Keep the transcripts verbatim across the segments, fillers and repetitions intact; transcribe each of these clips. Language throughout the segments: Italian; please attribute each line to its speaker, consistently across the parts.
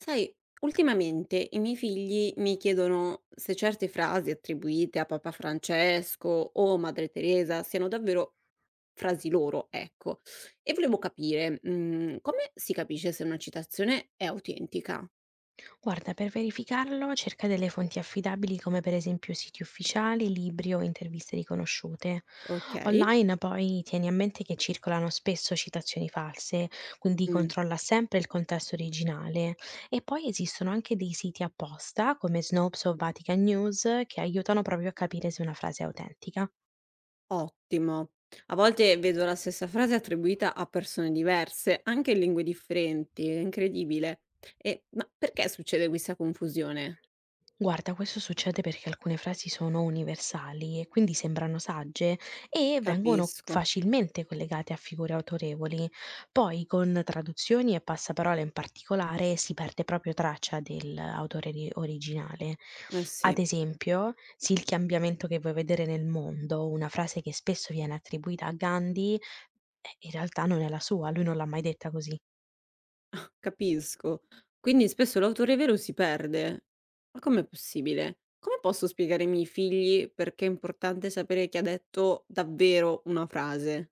Speaker 1: Sai, ultimamente i miei figli mi chiedono se certe frasi attribuite a Papa Francesco o Madre Teresa siano davvero frasi loro, ecco. E volevo capire, mm, come si capisce se una citazione è autentica?
Speaker 2: Guarda, per verificarlo cerca delle fonti affidabili come per esempio siti ufficiali, libri o interviste riconosciute.
Speaker 1: Ok.
Speaker 2: Online poi tieni a mente che circolano spesso citazioni false, quindi
Speaker 1: Mm.
Speaker 2: controlla sempre il contesto originale. E poi esistono anche dei siti apposta come Snopes o Vatican News che aiutano proprio a capire se una frase è autentica.
Speaker 1: Ottimo. A volte vedo la stessa frase attribuita a persone diverse, anche in lingue differenti, è incredibile. E, ma perché succede questa confusione?
Speaker 2: Guarda, questo succede perché alcune frasi sono universali e quindi sembrano sagge e vengono
Speaker 1: Capisco.
Speaker 2: facilmente collegate a figure autorevoli. Poi con traduzioni e passaparole in particolare si perde proprio traccia dell'autore ri- originale.
Speaker 1: Eh
Speaker 2: Ad
Speaker 1: sì.
Speaker 2: esempio, sì, il cambiamento che vuoi vedere nel mondo, una frase che spesso viene attribuita a Gandhi, eh, in realtà non è la sua, lui non l'ha mai detta così.
Speaker 1: Ah, capisco. Quindi spesso l'autorevelo si perde. Ma com'è possibile? Come posso spiegare ai miei figli perché è importante sapere chi ha detto davvero una frase?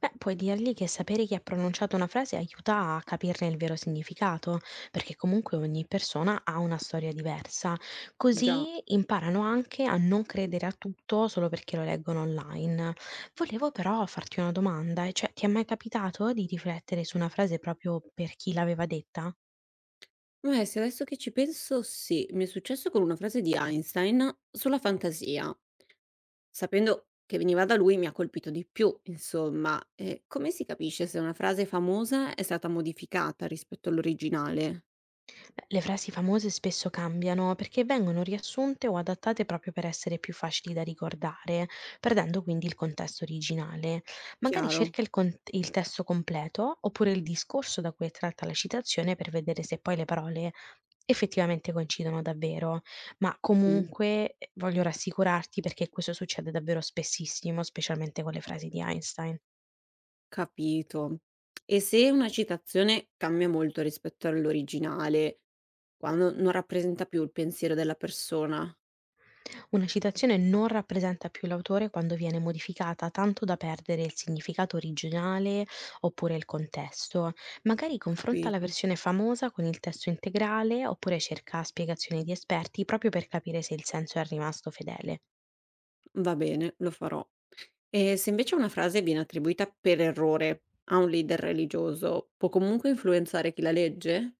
Speaker 2: Beh, puoi dirgli che sapere chi ha pronunciato una frase aiuta a capirne il vero significato, perché comunque ogni persona ha una storia diversa. Così
Speaker 1: Già.
Speaker 2: imparano anche a non credere a tutto solo perché lo leggono online. Volevo però farti una domanda, e cioè ti è mai capitato di riflettere su una frase proprio per chi l'aveva detta?
Speaker 1: Beh, se adesso che ci penso, sì, mi è successo con una frase di Einstein sulla fantasia. Sapendo che veniva da lui mi ha colpito di più, insomma. E come si capisce se una frase famosa è stata modificata rispetto all'originale?
Speaker 2: Beh, le frasi famose spesso cambiano perché vengono riassunte o adattate proprio per essere più facili da ricordare, perdendo quindi il contesto originale. Magari
Speaker 1: Chiaro.
Speaker 2: cerca il, con- il testo completo oppure il discorso da cui è tratta la citazione per vedere se poi le parole effettivamente coincidono davvero, ma
Speaker 1: Mm.
Speaker 2: comunque eh, voglio rassicurarti perché questo succede davvero spessissimo, specialmente con le frasi di Einstein.
Speaker 1: Capito. E se una citazione cambia molto rispetto all'originale, quando non rappresenta più il pensiero della persona,
Speaker 2: Una citazione non rappresenta più l'autore quando viene modificata tanto da perdere il significato originale oppure il contesto. Magari confronta la
Speaker 1: capito?
Speaker 2: versione famosa con il testo integrale oppure cerca spiegazioni di esperti proprio per capire se il senso è rimasto fedele.
Speaker 1: Va bene, lo farò. E se invece una frase viene attribuita per errore a un leader religioso, può comunque influenzare chi la legge?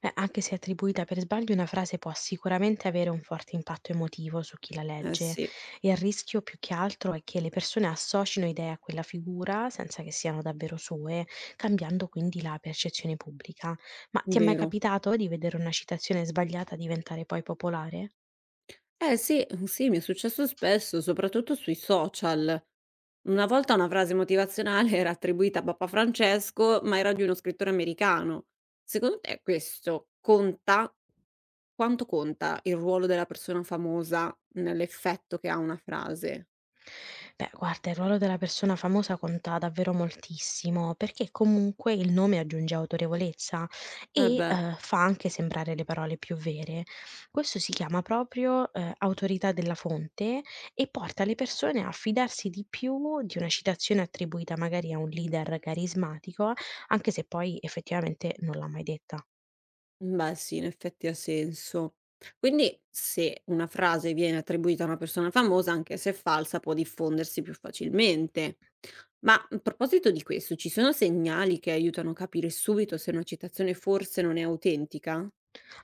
Speaker 2: Beh, anche se attribuita per sbaglio, una frase può sicuramente avere un forte impatto emotivo su chi la
Speaker 1: Eh
Speaker 2: legge
Speaker 1: sì,
Speaker 2: e il rischio più che altro è che le persone associno idee a quella figura senza che siano davvero sue, cambiando quindi la percezione pubblica. Ma ti è mai
Speaker 1: vero.
Speaker 2: capitato di vedere una citazione sbagliata diventare poi popolare?
Speaker 1: Eh sì, mhmm, sì, mi è successo spesso, soprattutto sui social. Una volta una frase motivazionale era attribuita a Papa Francesco, ma era di uno scrittore americano. Secondo te questo conta? Quanto conta il ruolo della persona famosa nell'effetto che ha una frase?
Speaker 2: Beh, guarda, il ruolo della persona famosa conta davvero moltissimo, perché comunque il nome aggiunge autorevolezza
Speaker 1: Eh
Speaker 2: e
Speaker 1: beh.
Speaker 2: eh, fa anche sembrare le parole più vere. Questo si chiama proprio eh, autorità della fonte e porta le persone a fidarsi di più di una citazione attribuita magari a un leader carismatico, anche se poi effettivamente non l'ha mai detta.
Speaker 1: Beh sì, in effetti ha senso. Quindi se una frase viene attribuita a una persona famosa, anche se è falsa, può diffondersi più facilmente. Ma a proposito di questo, ci sono segnali che aiutano a capire subito se una citazione forse non è autentica?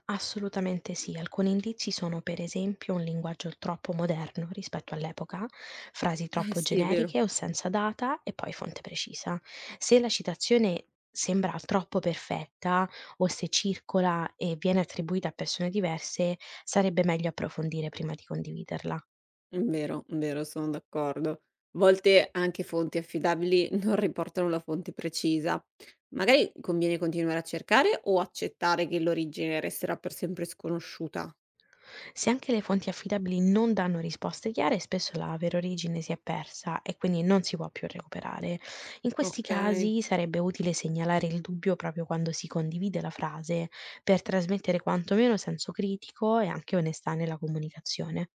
Speaker 2: Assolutamente sì. Alcuni indizi sono per esempio un linguaggio troppo moderno rispetto all'epoca, frasi
Speaker 1: Eh
Speaker 2: troppo
Speaker 1: sì, è vero.
Speaker 2: generiche o senza data e poi fonte precisa. Se la citazione sembra troppo perfetta o se circola e viene attribuita a persone diverse, sarebbe meglio approfondire prima di condividerla.
Speaker 1: Vero, vero, sono d'accordo. A volte anche fonti affidabili non riportano la fonte precisa. Magari conviene continuare a cercare o accettare che l'origine resterà per sempre sconosciuta.
Speaker 2: Se anche le fonti affidabili non danno risposte chiare, spesso la vera origine si è persa e quindi non si può più recuperare. In questi
Speaker 1: Ok.
Speaker 2: casi sarebbe utile segnalare il dubbio proprio quando si condivide la frase, per trasmettere quantomeno senso critico e anche onestà nella comunicazione.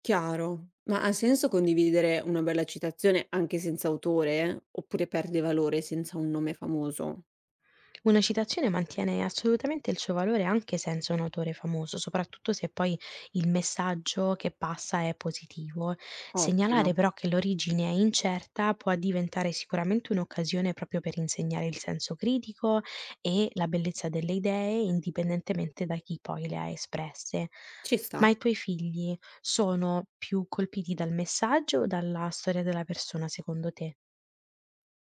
Speaker 1: Chiaro, ma ha senso condividere una bella citazione anche senza autore? Oppure perde valore senza un nome famoso?
Speaker 2: Una citazione mantiene assolutamente il suo valore anche senza un autore famoso, soprattutto se poi il messaggio che passa è positivo. Segnalare
Speaker 1: Ottimo.
Speaker 2: però che l'origine è incerta può diventare sicuramente un'occasione proprio per insegnare il senso critico e la bellezza delle idee, indipendentemente da chi poi le ha espresse.
Speaker 1: Ci sta.
Speaker 2: Ma i tuoi figli sono più colpiti dal messaggio o dalla storia della persona, secondo te?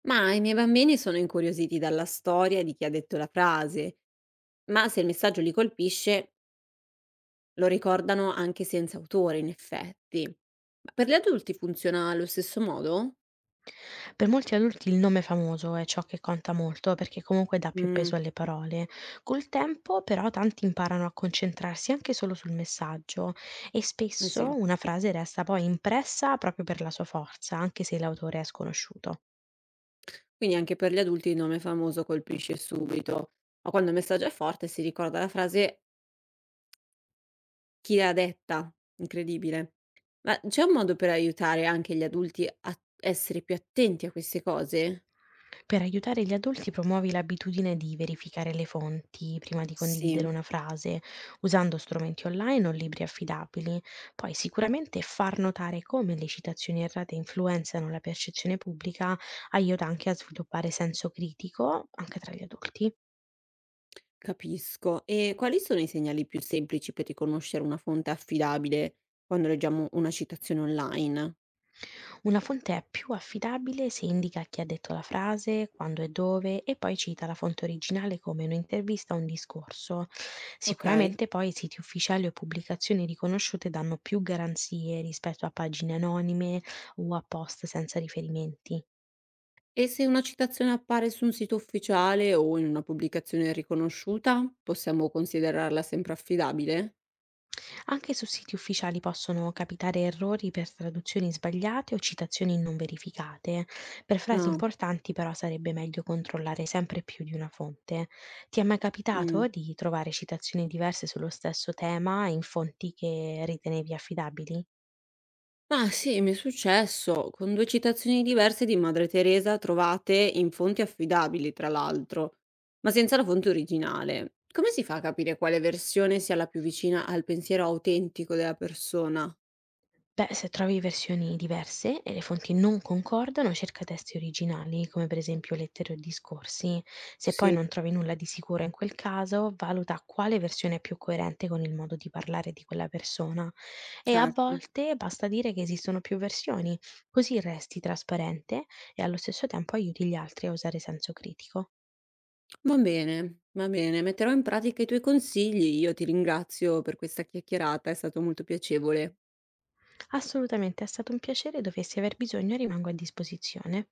Speaker 1: Ma i miei bambini sono incuriositi dalla storia di chi ha detto la frase, ma se il messaggio li colpisce, lo ricordano anche senza autore, in effetti. Ma per gli adulti funziona allo stesso modo?
Speaker 2: Per molti adulti il nome famoso è ciò che conta molto perché comunque dà più
Speaker 1: Mm.
Speaker 2: peso alle parole. Col tempo però tanti imparano a concentrarsi anche solo sul messaggio e
Speaker 1: Eh
Speaker 2: spesso
Speaker 1: sì.
Speaker 2: una frase resta poi impressa proprio per la sua forza, anche se l'autore è sconosciuto.
Speaker 1: Quindi anche per gli adulti il nome famoso colpisce subito, ma quando il messaggio è forte si ricorda la frase. Chi l'ha detta, incredibile. Ma c'è un modo per aiutare anche gli adulti a essere più attenti a queste cose?
Speaker 2: Per aiutare gli adulti promuovi l'abitudine di verificare le fonti prima di condividere
Speaker 1: Sì,
Speaker 2: una frase, usando strumenti online o libri affidabili. Poi sicuramente far notare come le citazioni errate influenzano la percezione pubblica aiuta anche a sviluppare senso critico anche tra gli adulti.
Speaker 1: capisco. E quali sono i segnali più semplici per riconoscere una fonte affidabile quando leggiamo una citazione online?
Speaker 2: Una fonte è più affidabile se indica chi ha detto la frase, quando e dove e poi cita la fonte originale come un'intervista o un discorso.
Speaker 1: Okay.
Speaker 2: Sicuramente poi siti ufficiali o pubblicazioni riconosciute danno più garanzie rispetto a pagine anonime o a post senza riferimenti.
Speaker 1: E se una citazione appare su un sito ufficiale o in una pubblicazione riconosciuta, possiamo considerarla sempre affidabile?
Speaker 2: Anche su siti ufficiali possono capitare errori per traduzioni sbagliate o citazioni non verificate. Per frasi
Speaker 1: Ah.
Speaker 2: importanti però sarebbe meglio controllare sempre più di una fonte. Ti è mai
Speaker 1: Mh.
Speaker 2: capitato di trovare citazioni diverse sullo stesso tema in fonti che ritenevi affidabili?
Speaker 1: Ah sì, mi è successo, con due citazioni diverse di Madre Teresa trovate in fonti affidabili tra l'altro, ma senza la fonte originale. Come si fa a capire quale versione sia la più vicina al pensiero autentico della persona?
Speaker 2: Beh, se trovi versioni diverse e le fonti non concordano, cerca testi originali, come per esempio lettere o discorsi. Se poi
Speaker 1: Sì,
Speaker 2: non trovi nulla di sicuro in quel caso, valuta quale versione è più coerente con il modo di parlare di quella persona. E a
Speaker 1: certo.
Speaker 2: volte basta dire che esistono più versioni, così resti trasparente e allo stesso tempo aiuti gli altri a usare senso critico.
Speaker 1: Va bene, va bene, metterò in pratica i tuoi consigli. Io ti ringrazio per questa chiacchierata, è stato molto piacevole.
Speaker 2: Assolutamente, è stato un piacere, dovessi aver bisogno rimango a disposizione.